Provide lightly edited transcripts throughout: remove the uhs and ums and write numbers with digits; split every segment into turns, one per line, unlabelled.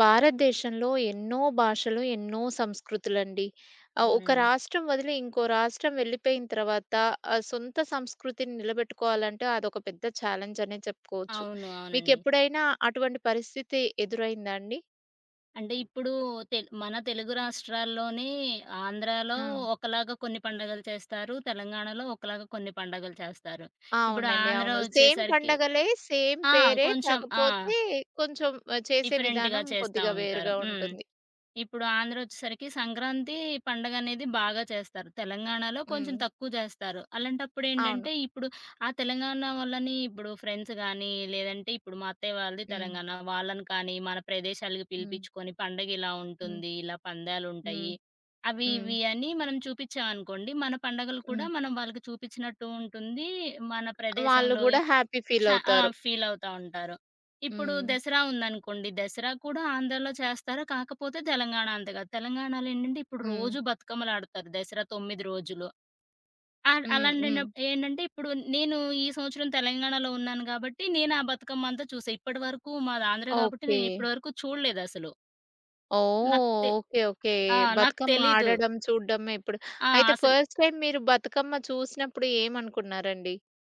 భారతదేశంలో ఎన్నో భాషలు, ఎన్నో సంస్కృతులండి. ఒక
అవునండి.
రాష్ట్రం వదిలి ఇంకో రాష్ట్రం వెళ్ళిపోయిన తర్వాత సొంత సంస్కృతిని నిలబెట్టుకోవాలంటే అదొక పెద్ద ఛాలెంజ్ అనే చెప్పుకోవచ్చు.
అవును. అవునండి.
మీకెప్పుడైనా అటువంటి పరిస్థితి ఎదురైందా అండి?
అంటే ఇప్పుడు మన తెలుగు రాష్ట్రాల్లోనే ఆంధ్రాలో
ఆ!
ఒకలాగా కొన్ని పండగలు చేస్తారు. తెలంగాణలో ఒకలాగా కొన్ని పండగలు చేస్తారు. ఇప్పుడు
అవునండి.
ఆంధ్ర
అవును. సేమ్
వచ్చేసరికి
పండగలే, సేమ్
ఆ!
పేరే
కొంచెం
కాకపోతే కొంచెం చేసే
డిఫరెంట్‌గా
విధానం
చేస్తా
కొద్దిగా
ఉంటారు.
వేరుగా
హ్మ్.
ఉంటుంది.
ఇప్పుడు ఆంధ్ర వచ్చేసరికి సంక్రాంతి పండగనేది బాగా చేస్తారు. తెలంగాణలో
హ్మ్.
కొంచెం తక్కువ చేస్తారు.
అవును.
అలాంటప్పుడేంటంటే, ఇప్పుడు ఆ తెలంగాణ వాళ్ళని ఇప్పుడు ఫ్రెండ్స్ గానీ, లేదంటే ఇప్పుడు మా అత్తయ్య వాళ్ళది
హ్మ్.
తెలంగాణ. వాళ్ళని కానీ మన ప్రదేశాలకి
హ్మ్.
పిలిపిచ్చుకొని పండగ ఇలా
హ్మ్.
ఉంటుంది, ఇలా
హ్మ్.
పందాలుంటాయి, అవి
హ్మ్.
ఇవి అని మనం చూపిచ్చామనుకోండి, మన పండగలు కూడా
హ్మ్.
మనం వాళ్ళకి చూపిచ్చినట్టు ఉంటుంది. మన
వాళ్ళు
ప్రదేశంలో
గూడా హ్యాపీ
హ! ఆ!
ఫీలవుతారు.
ఫీలవుతా ఉంటారు. ఇప్పుడు
హ్మ్.
దసరా ఉందనుకోండి. దసరా కూడా ఆంధ్రాలో చేస్తారు. కాకపోతే తెలంగాణ అంత కాదు. తెలంగాణలో ఏంటంటే ఇప్పుడు
హ్మ్.
రోజు బతుకమ్మలాడతారు దసరా 9 రోజులు. ఆహ్,
హ్మ్.
అలాంటిన
హ్మ్.
ఏంటంటే ఇప్పుడు నేను ఈ సంవత్సరం తెలంగాణలో ఉన్నాను కాబట్టి, నేను ఆ బతుకమ్మ అంతా చూసా. ఇప్పటివరకు మాది ఆంధ్ర కాబట్టి
ఓకే.
నేను ఇప్పటివరకు చూడలేదసలు.
ఓహ్!
నాకు తె
ఓకే. ఓకే.
ఆ! నాకు
బతుకమ్మ
తెలీదు.
ఆడడం, చూడడం ఇప్పుడు. అయితే
అసలు
ఫస్ట్ టైమ్ మీరు బతుకమ్మ చూసినప్పుడు ఏమనుకున్నారండి?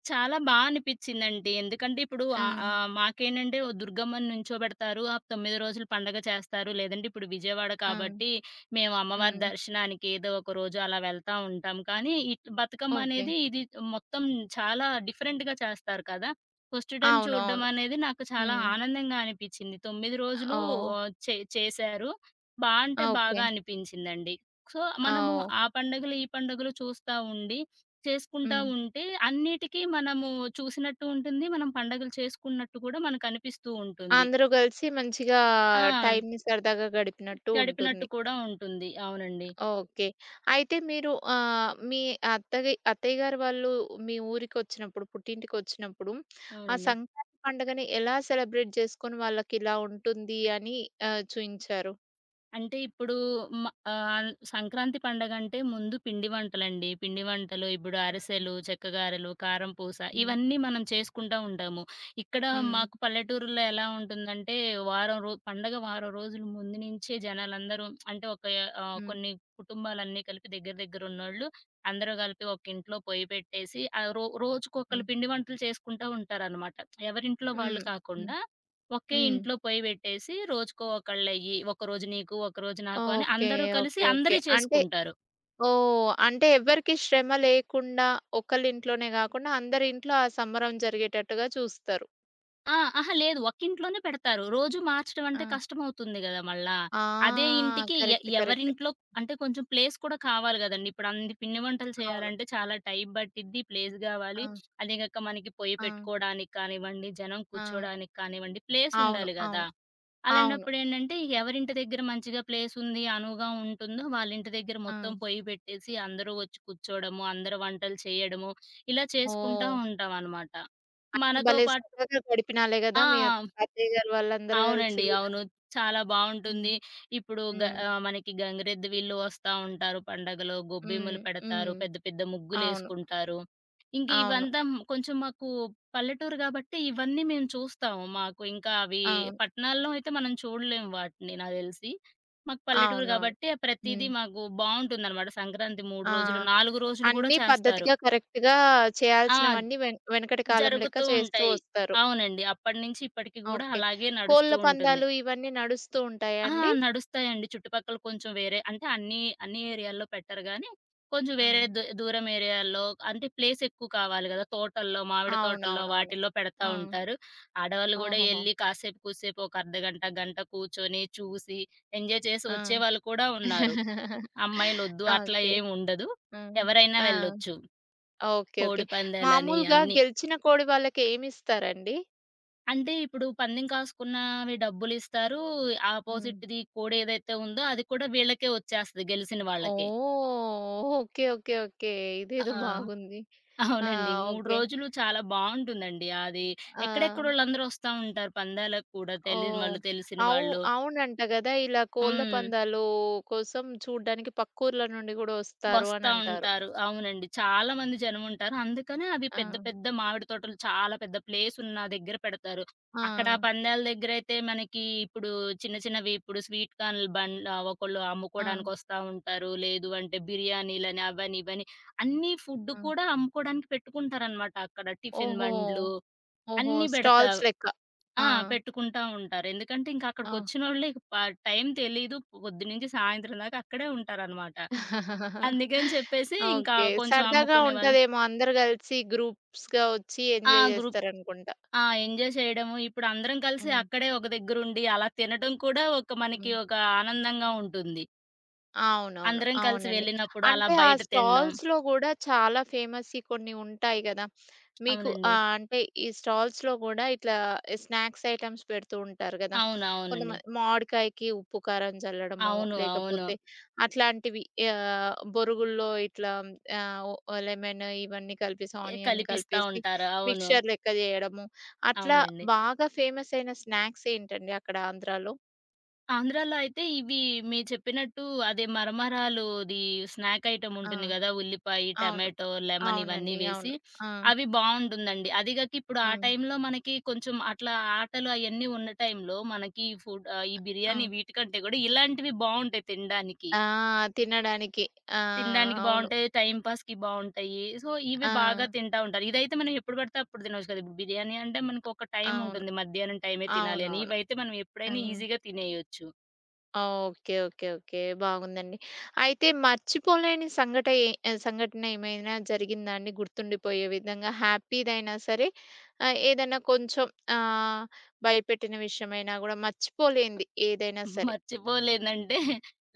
చాలా బా అనిపిచ్చిందండి. ఎందుకంటే ఇప్పుడు
ఆ!
ఆహ్, ఆహ్, మాకేంటంటే ఓ దుర్గమ్మని నుంచోబెడతారు. ఆ 9 రోజులు పండగ చేస్తారు. లేదంటే ఇప్పుడు విజయవాడ
ఆ!
కాబట్టి మేము అమ్మవారి
హ్మ్.
దర్శనానికి ఏదో ఒక రోజు అలా వెళ్తా ఉంటాం. కానీ బతుకమ్మ
ఓకే.
అనేది ఇది మొత్తం చాలా డిఫరెంట్‌గా చేస్తారు కదా! ఫస్ట్ టైమ్
అవును.
చూడడం
అవును.
అనేది నాకు చాలా
హ్మ్.
ఆనందంగా అనిపిచ్చింది. 9 రోజులు
ఓహ్!
ఆహ్, చే చేశారు. బా అంటే బాగా
ఓకే.
అనిపించిందండి. సో, మనము
ఓహ్!
ఆ పండుగలు, ఈ పండుగలు చూస్తా ఉండి చేసుకుంటా
హ్మ్.
ఉంటే అన్నిటికీ మనము చూసినట్టు ఉంటుంది. మనం పండగలు చేసుకున్నట్టు కూడా మనకనిపిస్తూ ఉంటుంది.
అందరూ కలిసి మంచిగా
ఆ!
టైమ్‌ని సరదాగా గడిపినట్టు
గడిపినట్టు
ఉంటుంది.
కూడా ఉంటుంది. అవునండి.
ఓకే. అయితే మీరు మీ అత్తయ్య గారు వాళ్ళు మీ ఊరికొచ్చినప్పుడు, పుట్టింటికొచ్చినప్పుడు ఆ
అవునండి.
సంక్రాంతి పండుగని ఎలా సెలబ్రేట్ చేసుకొని వాళ్ళకిలా ఉంటుంది అని చూయించారు?
అంటే ఇప్పుడు సంక్రాంతి పండగంటే ముందు పిండి వంటలండి. పిండి వంటలు ఇప్పుడు అరిసెలు, చెక్క గారెలు, కారం పూస
హ్మ్.
ఇవన్నీ మనం చేసుకుంటా ఉంటాము. ఇక్కడ
హ్మ్.
మాకు పల్లెటూరులో ఎలా ఉంటుందంటే వారం రో పండగ వారం రోజుల ముందు నుంచే జనాలందరూ అంటే
హ్మ్.
కొన్ని కుటుంబాలన్నీ కలిపి దగ్గర దగ్గర ఉన్నోళ్ళు అందరూ కలిపి ఒక ఇంట్లో పొయ్యి పెట్టేసి ఆహ్, రో రోజుకొకళ్ళు
హ్మ్.
పిండి వంటలు చేసుకుంటా ఉంటారనమాట. ఎవరింట్లో వాళ్ళు
హ్మ్. హ్మ్.
కాకుండా ఒకే
హ్మ్.
ఇంట్లో పొయ్యి పెట్టేసి రోజుకో ఒకళ్ళయ్యి, ఒకరోజు నీకు, ఒకరోజు నాకు అని
ఓకే.
అందరూ కలిసి
ఓకే. ఓకే.
అందరియి
అంటే
చేసుకుంటారు.
ఓహ్! అంటే ఎవ్వరికీ శ్రమ లేకుండా ఒకళ్ళింట్లోనే గాకుండా అందరింట్లో ఆ సంబరం జరిగేటట్టుగా చూస్తారు.
ఆ! అహా! లేదు, ఒకింట్లోనే పెడతారు. రోజు మార్చడం
ఆ!
అంటే కష్టమవుతుంది గదా! మళ్ళా.
ఆ!
అదే ఇంటికి
కరెక్ట్. కరెక్ట్.
ఎవరింట్లో అంటే కొంచెం ప్లేస్ కూడా కావాలి గదండీ! ఇప్పుడు అన్ని పిండి వంటలు
అవును.
చేయాలంటే చాలా టైం పట్టిద్ది. ప్లేస్ గావాలి.
ఆ!
అదే గాక మనకి పొయ్యి
ఆ!
పెట్టుకోవడానికి కానివ్వండి, జనం
ఆ!
కూర్చోడానికి కానివ్వండి, ప్లేస్
అవును.
ఉండాలి గదా!
అవును. అవును.
అలాంటప్పుడేంటంటే ఎవరింటి దగ్గర మంచిగా ప్లేసుంది, అనువుగా ఉంటుందో వాళ్ళింటి దగ్గర
ఆ!
మొత్తం పొయ్యి పెట్టేసి అందరూ వచ్చి కూర్చోడము, అందరూ వంటలు చేయడము, ఇలా చేసుకుంటా
ఓహ్!
ఉంటామనమాట.
అయితే
మనతో
భలే
పాటు
సరదాగా గడిపినాలే గదా! మీ
ఆ!
అత్తయ్య గారు వాళ్ళందరూ గలిసి
అవునండి.
గూడా.
అవును. చాలా బావుంటుంది.
హ్మ్.
ఇప్పుడు
హ్మ్.
మనకి గంగిరెద్దు వీళ్ళు వస్తా ఉంటారు పండగలో.
హ్మ్.
గొబ్బెమ్మలు పెడతారు.
హ్మ్.
పెద్ద పెద్ద
అవును.
ముగ్గులేసుకుంటారు. ఇంక
అవును.
ఇవంతా కొంచెం మాకు పల్లెటూరు గాబట్టి ఇవన్నీ మేము చూస్తాము. మాకు ఇంకా అవి
అవును.
పట్టణాల్లో అయితే మనం చూడలేము వాటిని నాకు తెలిసి. మాకు పల్లెటూరు
అవునవును.
గాబట్టి ప్రతీదీ
హ్మ్.
మాకు బావుంటుందనమాట. సంక్రాంతి 3
ఆ!
రోజులు, 4 రోజులు గూడా
అన్నీ
చేస్తారు.
పద్ధతిగా, కరెక్ట్‌గా
ఆ!
చేయాల్సినవన్నీ వెనకటి కాలం లెక్క
జరుగుతూ
చేస్తూ
ఉంటాయి.
వస్తారు.
అవునండి. అప్పటినుంచి ఇప్పటికి గూడా
ఓకే.
అలాగే
కోళ్ళ
నడుస్తూ ఉంటుంది.
పందాలు ఇవన్నీ నడుస్తూ ఉంటాయా
ఆ!
అండి?
నడుస్తాయండి. చుట్టుపక్కల కొంచెం వేరే అంటే అన్ని ఏరియాల్లో పెట్టరు గానీ, కొంచెం
ఆ!
వేరే దూరం ఏరియాల్లో అంటే ప్లేస్ ఎక్కువ కావాలి గదా! తోటల్లో, మామిడి తోటల్లో
అవునవునవును.
వాటిల్లో పెడతా
ఆ!
ఉంటారు. ఆడవాళ్ళు గూడా
ఓహోహో!
ఎళ్లి కాసేపు కూసేపు ఒక అర్ధగంట, గంట కూర్చొని, చూసి, ఎంజాయ్ చేసి
ఆ!
వచ్చేవాళ్ళు కూడా ఉన్నారు. అమ్మాయిలొద్దు అట్లా
ఓకే.
ఏముండదు.
ఆ!
ఎవరైనా
ఆ!
వెళ్ళొచ్చు.
ఓకే. ఓకే.
కోడి పందాలని
మామూలుగా
అన్ని.
గెలిచిన కోడి వాళ్ళకి ఏమిస్తారండి?
అంటే ఇప్పుడు పందెం కాసుకున్నవి డబ్బులిస్తారు.
హ్మ్.
ఆపోజిట్‌ది కోడేదైతే ఉందో అది కూడా వీళ్ళకే వచ్చేస్తది గెలిసిన వాళ్ళకే.
ఓహ్! ఓకే. ఓకే. ఓకే. ఇదేదో
ఆ!
బాగుంది. ఆ!
అవునండి. 3
ఓకే.
రోజులు చాలా బావుంటుందండి. అది
ఆ!
ఎక్కడెక్కడోళ్ళందరూ వస్తా ఉంటారు పందాలకు కూడా. తెలీని
ఓహ్!
వాళ్ళు, తెలిసిన
అవు
వాళ్ళు.
అవునంట గదా! ఇలా కోళ్ళ
హ్మ్.
పందాలు కోసం చూడ్డానికి పక్కూర్ల నుండి గూడా వస్తారు
వస్తా
అనంటారు.
ఉంటారు. అవునండి. చాలా మంది జనముంటారు. అందుకనే అవి
ఆ!
పెద్ద పెద్ద మామిడి తోటలు చాలా పెద్ద ప్లేసున్న దగ్గర పెడతారు. అక్కడ ఆ
ఆ!
పందాల దగ్గరైతే మనకి ఇప్పుడు చిన్న చిన్నవి ఇప్పుడు స్వీట్ కార్న్‌లు బండ్లు ఒకళ్ళు
ఆ!
అమ్ముకోవడానికొస్తా ఉంటారు. లేదు అంటే బిర్యానీలని అవని ఇవని అన్నీ ఫుడ్
ఆ!
కూడా అమ్ముకోవడానికి పెట్టుకుంటారనమాట అక్కడ. టిఫిన్
ఓహో!
బండ్లు
ఓహో!
అన్నీ పెడతా
స్టాల్స్ లెక్క.
ఆ!
ఆ!
పెట్టుకుంటా ఉంటారు. ఎందుకంటే ఇంక
ఆ!
అక్కడికొచ్చినోళ్ళే ప టైం తెలీదు. పొద్దున్నుంచి సాయంత్రం దాకా అక్కడే ఉంటారనమాట. అందుకని చెప్పేసి ఇంకా
ఓకే.
కొంచెం
సరదాగా
అమ్ముకునేవాళ్ళు.
ఉంటదేమో అందరూ గలిసి గ్రూప్స్‌గా వచ్చి
ఆ!
ఎంజాయ్
గ్రూప్
జేస్తారనుకుంటా.
ఆ! ఎంజాయ్ చేయడము. ఇప్పుడు అందరం కలిసి
హ్మ్.
అక్కడే ఒక దగ్గరుండి అలా తినటం కూడా ఒక మనకి
హ్మ్.
ఒక ఆనందంగా ఉంటుంది.
అవునవును.
అందరం కలిసి
అవునండి.
వెళ్ళినప్పుడు అలా
అంటే ఆ
బయట తినడం.
స్టాల్స్‌లో గూడా చాలా ఫేమస్‌యి కొన్ని ఉంటాయి గదా! మీకు
అవునండి.
అంటే ఈ స్టాల్స్‌లో గూడా ఇట్లా స్నాక్స్ ఐటెమ్స్ పెడుతూ ఉంటారు గదా!
అవును.
కొంతమ
అవునండి.
మామిడికాయకి ఉప్పు, కారం జల్లడము,
అవును. అవును.
లేకపోతే అట్లాంటివి బొరుగుల్లో ఇట్లా ఆహ్, లెమన్ ఇవన్నీ కలిపేసి, ఆనియన్
కలిపిస్తా
కలిపేసి
ఉంటారు. అవును.
మిక్స్చర్ లెక్క జేయడము. అట్లా
అవునండి.
బాగా ఫేమస్ అయిన స్నాక్స్ ఏంటండి అక్కడ ఆంధ్రాలో?
ఆంధ్రాలో అయితే ఇవి మీరు చెప్పినట్టు అదే మరమరాలుది స్నాక్ ఐటమ్
ఆ!
ఉంటుంది గదా! ఉల్లిపాయి,
అవును.
టమాటో, లెమన్ ఇవన్నీ
అవునండి.
వేసి
అవును. ఆ!
అవి బావుంటుందండి. అది గాక ఇప్పుడు ఆ
హ్మ్.
టైంలో మనకి కొంచెం అట్లా ఆటలు అయన్నీ ఉన్న టైంలో మనకి ఫుడ్ ఈ
ఆ!
బిర్యానీ వీటికంటే గూడా ఇలాంటివి బావుంటాయి తినడానికి.
ఆ! తినడానికి. ఆ!
తినడానికి
అవును.
బావుంటాయి. టైమ్ పాస్‌కి బావుంటాయి. సో, ఇవి
ఆ!
బాగా తింటా ఉంటారు. ఇదైతే మనం ఎప్పుడు పడితే అప్పుడు తినొచ్చు కదా! ఇప్పుడు బిర్యానీ అంటే మనకు ఒక టైమ్
అవును.
ఉంటుంది. మధ్యాహ్నం టైమే తినాలి అని.
అవునవును.
ఇవైతే మనం ఎప్పుడైనా
హ్మ్.
ఈజీగా తినేయొచ్చు.
ఆ! ఓకే. ఓకే. ఓకే. బాగుందండి. అయితే మర్చిపోలేని సంఘట ఏ సంఘటన ఏమైనా జరిగిందా అండి? గుర్తుండిపోయే విధంగా హ్యాపీదైనా సరే, ఏదైనా కొంచెం ఆహ్, భయపెట్టిన విషయమైనా గూడా మర్చిపోలేనిది ఏదైనా సరే?
మర్చిపోలేదంటే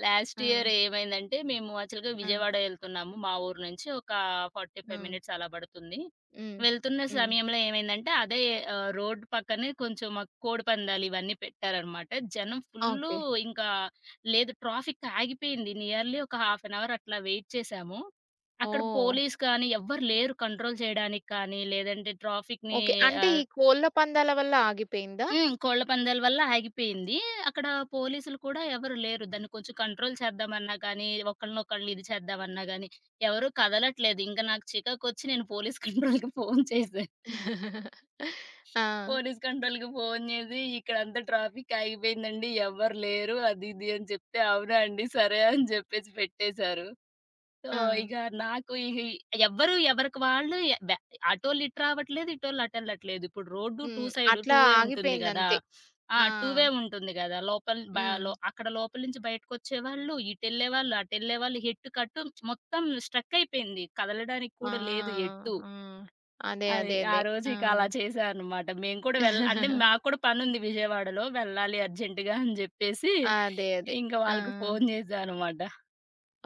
లాస్ట్
హ్మ్.
ఇయర్ ఏమైందంటే మేము యాక్చువల్‌గా
హ్మ్.
విజయవాడ ఎళ్తున్నాము మా ఊరు నుంచి ఒక 45
హ్మ్.
మినిట్స్ అలా పడుతుంది.
హ్మ్.
వెళ్తున్న
హ్మ్.
సమయంలో ఏమైందంటే అదే రోడ్ పక్కనే కొంచెం మాకు కోడిపందాలు ఇవన్నీ పెట్టారనమాట. జనం ఫుల్లు
ఓకే.
ఇంకా లేదు, ట్రాఫిక్ ఆగిపోయింది. నియర్లీ ఒక హాఫ్ అన్ అవర్ అట్లా వెయిట్ చేశాము. అక్కడ
ఓహ్!
పోలీస్ కానీ ఎవ్వరు లేరు కంట్రోల్ చేయడానికి కానీ, లేదంటే ట్రాఫిక్‌ని
ఓకే. అంటే
ఆహ్,
ఈ కోళ్ళ పందాల వల్ల ఆగిపోయిందా?
హ్మ్. కోళ్ళ పందాల వల్ల ఆగిపోయింది. అక్కడ పోలీసులు కూడా ఎవరు లేరు. దాన్ని కొంచెం కంట్రోల్ చేద్దామన్నా గానీ, ఒకళ్ళనొకళ్ళు ఇది చేద్దామన్నా గానీ, ఎవరు కదలట్లేదు. ఇంక నాకు చికాకొచ్చి నేను పోలీస్ కంట్రోల్‌కి ఫోను చేశా.
ఆ!
పోలీస్ కంట్రోల్‌కి ఫోను చేసి, "ఇక్కడంతా ట్రాఫిక్ ఆగిపోయిందండి. ఎవ్వరు లేరు." అది ఇది అని చెప్తే, "అవునా అండి! సరే" అని చెప్పేసి పెట్టేశారు. సో,
ఆ!
ఇగ నాకు ఇహి ఎవ్వరు ఎవరికి వాళ్ళు ఎ బె అటోళ్ళు ఇటు రావట్లేదు, ఇటోళ్ళు అటు ఎళ్ళట్లేదు. ఇప్పుడు road two
hmm.
Side too
అట్లా
వే ఉంటుంది గదా!
ఆగిపోయిందంతే.
ఆ!
ఆ!
టూ వే ఉంటుంది గదా! లోపల బ
హ్మ్.
లో అక్కడ లోపల నుంచి బయటకొచ్చేవాళ్ళు, ఇటెళ్ళేవాళ్ళు, అటెళ్ళేవాళ్ళు. ఎట్టు కట్టు మొత్తం స్ట్రక్ అయిపోయింది. కదలడానికి
ఆ!
కూడా లేదు ఎట్టు.
ఆ! అదే.
అది
అదే.
ఆ
అదే.
రోజు
ఆ!
ఇక అలా చేశా అనమాట. మేము కూడా అంటే మాకు కూడా పనుంది విజయవాడలో. వెళ్ళాలి అర్జెంట్‌గా అని జెప్పేసి,
అదే. అదే.
ఇంక
ఆ!
వాళ్ళకి ఫోను జేశా అనమాట.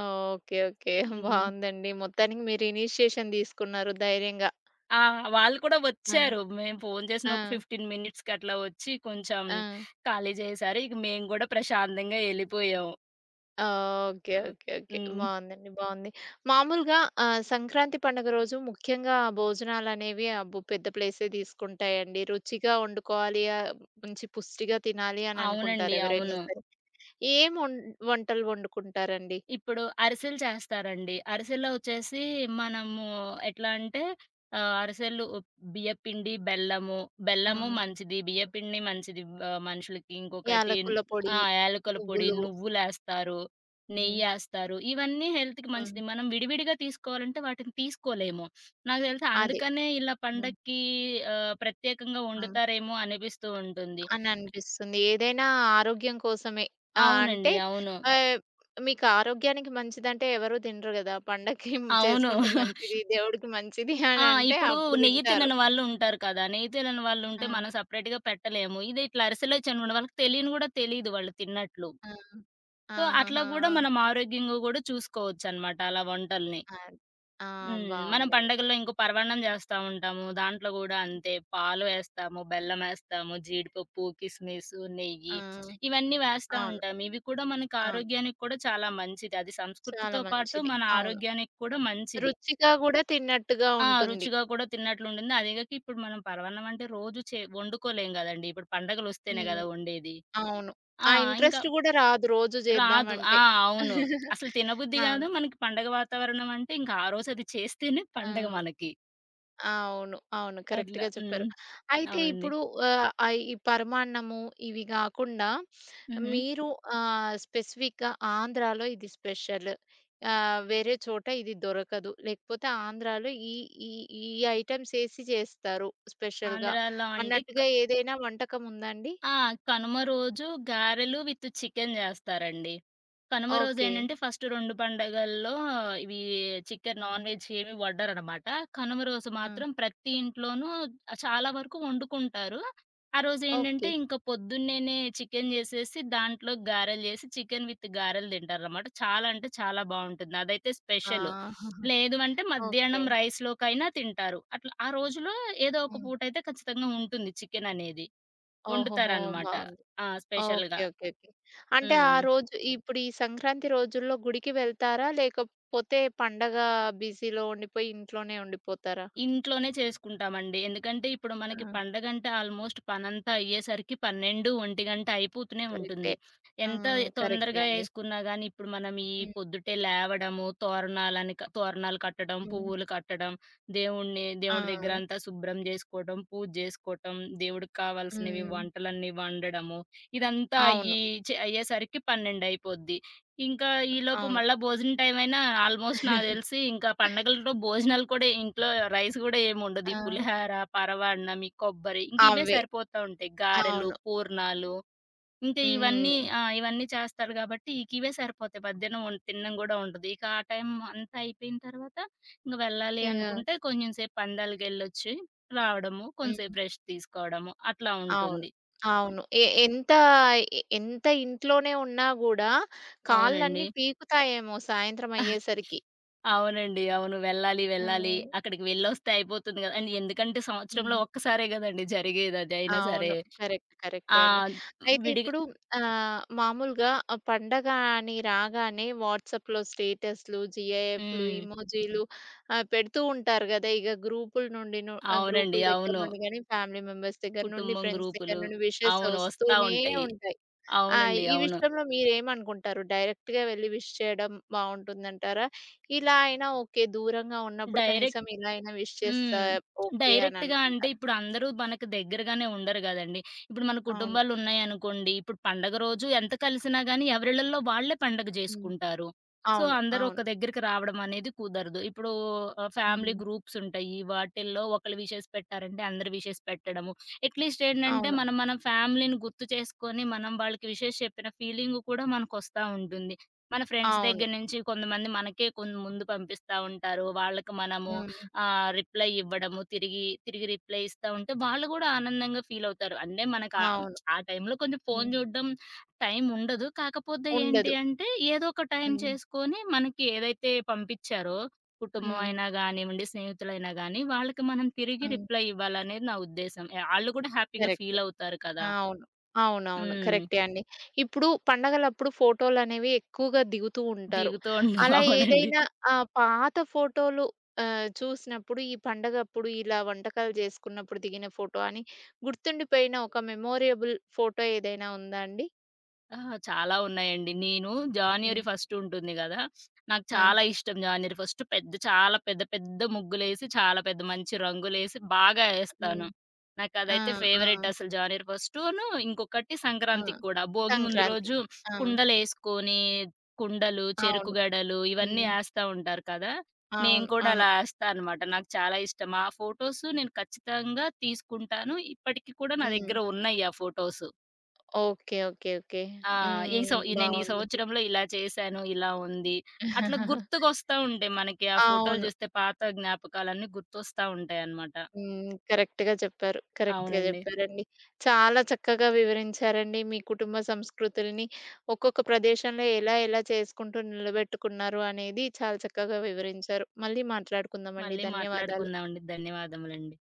ఓకే. ఓకే.
హ్మ్.
బావుందండి. మొత్తానికి మీరు ఇనిషియేషన్ తీసుకున్నారు ధైర్యంగా.
ఆ! వాళ్ళు కూడా
ఆ!
వచ్చారు. మేము ఫోను
ఆ!
చేసిన ఒక 15 మినిట్స్‌కి అట్లా వచ్చి కొంచెం
ఆ!
ఖాళీ చేశారు. ఇక మేము గూడా ప్రశాంతంగా ఎళ్ళిపోయాం.
ఓకే. ఓకే. ఓకే.
హ్మ్.
బావుందండి. బావుంది. మామూలుగా సంక్రాంతి పండుగ రోజు ముఖ్యంగా భోజనాలనేవి అబ్బో! పెద్ద ప్లేసే తీసుకుంటాయండి. రుచిగా వండుకోవాలి, మంచి పుష్టిగా తినాలి అని
అవునండి.
అనుకుంటారు ఎవరైనా
అవును.
సరే. ఏం వంటలు వండుకుంటారండి?
ఇప్పుడు అరిసెలు చేస్తారండి. అరిసెల్లో వచ్చేసి మనము ఎట్లా అంటే అరిసెలు బియ్యపిండి, బెల్లము,
ఆ!
బెల్లము మంచిది, బియ్యపిండి మంచిది మనుషులకి. ఇంకొకటి
యాలకుల పొడి,
ఆ! యాలకుల పొడి,
నువ్వులు.
నువ్వులేస్తారు,
హ్మ్.
నెయ్యేస్తారు. ఇవన్నీ హెల్త్‌కి
హ్మ్.
మంచిది. మనం విడివిడిగా తీసుకోవాలంటే వాటిని తీసుకోలేము. నాకు తెలిసి
అదే.
అందుకనే ఇలా
హ్మ్.
పండక్కి ప్రత్యేకంగా
హ్మ్.
వండుతారేమో అనిపిస్తూ ఉంటుంది.
అని అనిపిస్తుంది. ఏదైనా ఆరోగ్యం కోసమే. ఆ! అంటే
అవునండి. అవును.
ఆహ్, మీకు ఆరోగ్యానికి మంచిదంటే ఎవరు తినరు గదా! పండక్కి
అవును.
చేసుకుంటే మంచిది, దేవుడికి మంచిది అని
ఆ!
అంటే
ఇప్పుడు
అప్పుడు
నెయ్యి
వింటారు.
తినని వాళ్ళు ఉంటారు కదా! నెయ్యి తినని వాళ్ళు
ఆ!
ఉంటే మనం సెపరేట్‌గా పెట్టలేము. ఇది ఇట్లా అరిసెలో చనువుండ వాళ్ళకి తెలియని గూడా తెలీదు వాళ్ళు తిన్నట్లు.
ఆ!
సో, అట్లా
ఆహాహా!
గూడా
ఆ!
మనం ఆరోగ్యంగా గూడా చూసుకోవచ్చనమాట అలా వంటల్ని.
అది. ఆ!
మనం
బావుందండి.
పండగల్లో ఇంకో పరమాన్నం జేస్తా ఉంటాము. దాంట్లో గూడా అంతే పాలు వేస్తాము, బెల్లమేస్తాము, జీడిపప్పు, కిస్మిసు, నెయ్యి
ఆ!
ఇవన్నీ వేస్తా
అవును.
ఉంటాము. ఇవి కూడా మనకి
అవును.
ఆరోగ్యానికి కూడా చాలా మంచిది. అది
చాలా
సంస్కృతితో పాటు
మంచిది.
మన
అవును.
ఆరోగ్యానికి కూడా మంచిది.
రుచిగా గూడా తిన్నట్టుగా
ఆ!
ఉంటుంది.
రుచిగా కూడా తిన్నట్లుండింది. అదీగాక ఇప్పుడు మనం పరవన్నం అంటే రోజు వండుకోలేం గదండీ! ఇప్పుడు పండగలొస్తేనే
హ్మ్.
గదా! వండేది.
అవును.
ఆ!
ఆ
ఇంకా
ఇంట్రెస్ట్ గూడా రాదు రోజు
రాదు. ఆ!
జేద్దామంటే.
అవును. అసలు తినబుద్ధి గాదు.
అవును.
మనకి పండగ వాతావరణం అంటే ఇంకా ఆ రోజు అది చేస్తేనే
ఆ!
పండగ మనకి.
అవును. అవును.
అట్లా.
కరెక్ట్‌గా చెప్పారు.
హ్మ్.
అయితే
అవునండి.
ఇప్పుడు ఆహ్, ఆహ్, ఈ పరమాన్నము ఇవి గాకుండా
హుహు.
మీరు స్పెసిఫిక్‌గా ఆంధ్రాలో ఇది స్పెషల్. వేరే చోట ఇది దొరకదు. లేకపోతే ఆంధ్రాలో ఈ ఈ ఈ ఐటెమ్స్ ఏసి జేస్తారు స్పెషల్‌గా
ఆంధ్రాలో అంటే
అన్నట్టుగా ఏదైనా వంటకం ఉందా అండి?
ఆ! కనుమ రోజు గారెలు విత్ చికెన్ జేస్తారండి. కనుమ
ఓకే.
రోజేంటంటే, ఫస్ట్ 2 పండగల్లో ఇవి చికెన్
హ్మ్.
నాన్ వెజ్ ఏమి వండరనమాట. కనుమ రోజు
హ్మ్.
మాత్రం ప్రతి ఇంట్లోనూ చాలా వరకు వండుకుంటారు. ఆ రోజేంటంటే,
ఓకే.
ఇంక పొద్దున్నేనే చికెన్ జేసేసి, దాంట్లో గారెలు జేసి, చికెన్ విత్ గారెలు తింటారనమాట. చాలా అంటే చాలా బావుంటుంది. అదైతే
ఆ!
స్పెషల్. లేదు అంటే
ఓకే.
మధ్యాహ్నం రైస్‌లోకైనా తింటారు. అట్లా ఆ రోజులో ఏదో ఒక
హ్మ్.
పూటైతే ఖచ్చితంగా ఉంటుంది చికెననేది.
ఓహోహో!
వండుతారనమాట.
బావుంది.
ఆ!
ఓకే.
స్పెషల్‌గా.
ఓకే. ఓకే. అంటే ఆ
హ్మ్.
రోజు ఇప్పుడు ఈ సంక్రాంతి రోజుల్లో గుడికి వెళ్తారా? లేకపోతే పండగ బిజీలో ఉండిపోయి ఇంట్లోనే ఉండిపోతారా?
ఇంట్లోనే చేసుకుంటామండి. ఎందుకంటే ఇప్పుడు మనకి
ఆ!
పండగంటే ఆల్‌మోస్ట్ పనంతా అయ్యేసరికి 12, 1 అయిపోతూనే ఉంటుంది.
కరెక్టే.
ఎంత
హ్మ్. కరెక్టే
తొందరగా
అండి.
యేసుకున్నా గానీ ఇప్పుడు మనం ఈ
హ్మ్.
పొద్దుటే లేవడము, తోరణాలని క తోరణాలు కట్టడం,
హ్మ్.
పువ్వులు కట్టడం,
ఆ!
దేవుడి దగ్గర అంతా శుభ్రం జేసుకోవటం, పూజ జేసుకోవటం, దేవుడికి కావాల్సినవి
హ్మ్.
వంటలన్నీ వండడము, ఇదంతా
అవును.
అయ్యి అయ్యేసరికి 12 అయిపోద్ది. ఇంకా ఈలోపు
అవును.
మళ్ళా భోజనం టైమయినా ఆల్‌మోస్ట్ నాకు దెలిసి ఇంకా పండగలతో భోజనాలు కూడా ఇంట్లో రైస్ గూడా ఏముండదు. ఈ
ఆ!
పులిహార, పరవ అన్నం, ఈ కొబ్బరి ఇంక ఇవే
అవే.
సరిపోతా ఉంటాయి. గారెలు,
అవును.
పూర్ణాలు ఇంకా ఇవన్నీ
హ్మ్.
ఆ! ఇవన్నీ చేస్తారు గాబట్టి ఇక ఇవే సరిపోతాయి. మధ్యాహ్నం తినడం గూడా ఉండదు. ఇక ఆ టైం అంతా అయిపోయిన తర్వాత ఇంక వెళ్ళాలి
ఇగ
అనుకుంటే కొంచెం సేపు పందాలకెళ్ళొచ్చి రావడము,
హ్మ్.
కొంచెంసేపు రెస్ట్ తీసుకోవడము అట్లా
అవును.
ఉంటుంది.
అవును. ఎ ఎంత ఎ ఎంత ఇంట్లోనే ఉన్నా గూడా
అవునండి.
కాళ్ళన్నీ పీకుతాయేమో సాయంత్రం అయ్యేసరికి.
అవునండి. అవును. వెళ్ళాలి,
ఆ!
వెళ్ళాలి. అక్కడికి వెళ్ళొస్తే అయిపోతుంది గదా! అండ్ ఎందుకంటే సంవత్సరంలో
హ్మ్.
ఒక్కసారే గదండీ జరిగేది అదైనా సరే.
అవును. కరెక్ట్.
ఆ!
కరెక్టే అండి. అయితే
విడిగా
ఇప్పుడు మామూలుగా ఆ పండగ అని రాగానే వాట్సాప్‌లో స్టేటస్‌లు, జీఐఎఫ్‌లు,
హ్మ్.
ఇమోజీలు పెడుతూ ఉంటారు గదా! ఇగ గ్రూపుల నుండి ను
అవునండి.
గ్రూపుల దగ్గర
అవును.
నుండి గాని, ఫ్యామిలీ మెంబర్స్ దగ్గర నుండి,
కుటుంబం
ఫ్రెండ్స్ దగ్గర
గ్రూపులు.
నుండి విషెస్
అవును. వస్తా
వస్తూనే
ఉంటాయి.
ఉంటాయి. ఆ!
అవునండి.
ఈ
అవును.
విషయంలో మీరేమనుకుంటారు? డైరెక్ట్‌గా వెళ్లి విష్ చేయడం బావుంటుందంటారా? ఇలా అయినా ఓకే. దూరంగా ఉన్నప్పుడు
డైరెక్ట్
కనీసం ఇలా అయినా విష్ చేస్తే
హ్మ్.
ఓకే అని
డైరెక్ట్‌గా అంటే
అనుకుంటారా?
ఇప్పుడు అందరూ మనకు దగ్గరగానే ఉండరు గదండీ! ఇప్పుడు మన
అవును.
కుటుంబాలు ఉన్నాయనుకోండి, ఇప్పుడు పండగ రోజు ఎంత కలిసినా గానీ ఎవరిళ్ళల్లో వాళ్ళే పండగ
హ్మ్.
జేసుకుంటారు. సో,
అవును.
అందరూ ఒక
అవును.
దగ్గరికి రావడం అనేది కుదరదు. ఇప్పుడు ఫ్యామిలీ
హ్మ్.
గ్రూప్స్ ఉంటాయి. వాటిల్లో ఒకళ్ళు విషెస్ పెట్టారంటే అందరూ విషెస్ పెట్టడము. అట్‌లీస్ట్ ఏంటంటే
అవును.
మనం మన ఫ్యామిలీని గుర్తు చేసుకొని మనం వాళ్ళకి విషెస్ చెప్పిన ఫీలింగ్ కూడా మనకొస్తా ఉంటుంది. మన ఫ్రెండ్స్
అవును.
దగ్గర నుంచి కొంతమంది మనకే కొంత ముందు పంపిస్తా ఉంటారు. వాళ్ళకి మనము
హ్మ్.
ఆ! రిప్లై ఇవ్వడము, తిరిగి, తిరిగి రిప్లై ఇస్తా ఉంటే వాళ్ళు గూడా ఆనందంగా ఫీలవుతారు. అంటే మనకు
అవును.
ఆ టైంలో కొంచెం ఫోను
హ్మ్.
జూడడం టైం ఉండదు. కాకపోతే ఏంటి
ఉండదు.
అంటే ఏదో ఒక టైం
హ్మ్.
చేసుకొని మనకి ఏదైతే పంపిచ్చారో కుటుంబం
హ్మ్.
అయినా గానివ్వండి, స్నేహితులైనా గానీ వాళ్ళకి మనం తిరిగి
హ్మ్.
రిప్లై ఇవ్వాలనేది నా ఉద్దేశం. ఆళ్ళు గూడా హ్యాపీగా
కరెక్ట్.
ఫీలవుతారు కదా!
అవును. అవునవును.
హ్మ్.
కరెక్టే అండి. ఇప్పుడు పండగలప్పుడు ఫోటోలనేవి ఎక్కువగా దిగుతూ ఉంటారు.
దిగుతూ ఉండవు.
అలా
అవునండి.
ఏదైనా పాత ఫోటోలు చూసినప్పుడు ఈ పండగప్పుడు ఇలా వంటకాలు చేసుకున్నప్పుడు దిగిన ఫోటో అని గుర్తుండిపోయిన ఒక మెమోరియబుల్ ఫోటో ఏదైనా ఉందా అండి?
అహా! చాలా ఉన్నాయండి. నేను జాన్యురీ
హ్మ్.
ఫస్ట్ ఉంటుంది గదా! నాకు
ఆ!
చాలా ఇష్టం జాన్యురీ ఫస్ట్. చాలా పెద్ద పెద్ద ముగ్గులేసి, చాలా పెద్ద మంచి రంగులేసి బాగా
హ్మ్.
ఏస్తాను.
ఆ!
నాకదైతే
ఆ!
ఫేవరెట్ అసలు జాన్యురీ ఫస్టును, ఇంకొకటి
ఆ!
సంక్రాంతికి కూడా. భోగి ముందు
సంక్రాంతి.
రోజు
ఆ!
కుండలేసుకొని, కుండలు, చెరుకు
అవును.
గడలు ఇవన్నీ
హ్మ్.
ఏస్తా ఉంటారు కదా! నేను
అవును.
కూడా
అవును.
అలా ఏస్తా అనమాట. నాకు చాలా ఇష్టం. ఆ ఫోటోసు నేను ఖచ్చితంగా తీసుకుంటాను. ఇప్పటికి కూడా నా
హ్మ్.
దగ్గర ఉన్నాయి ఆ ఫోటోసు.
ఓకే. ఓకే. ఓకే.
ఆ! ఈ
హ్మ్.
సం నేను ఈ
బావుందండి.
సంవత్సరంలో ఇలా చేశాను, ఇలా ఉంది. అట్లా గుర్తుకొస్తా ఉంటాయి మనకి. ఆ ఫోటోలు
అవును.
చూస్తే పాత జ్ఞాపకాలన్నీ గుర్తొస్తా ఉంటాయన్నమాట.
హ్మ్. కరెక్ట్‌గా చెప్పారు. కరెక్ట్‌గా
అవునండి.
చెప్పారండి. చాలా చక్కగా వివరించారండి. మీ కుటుంబ సంస్కృతుల్ని ఒక్కొక్క ప్రదేశంలో ఎలా ఎలా చేసుకుంటూ నిలబెట్టుకున్నారు అనేది చాలా చక్కగా వివరించారు. మళ్ళీ మాట్లాడుకుందామండి.
మళ్ళీ
ధన్యవాదాలు.
మాట్లాడుకుందామండి. ధన్యవాదములండి.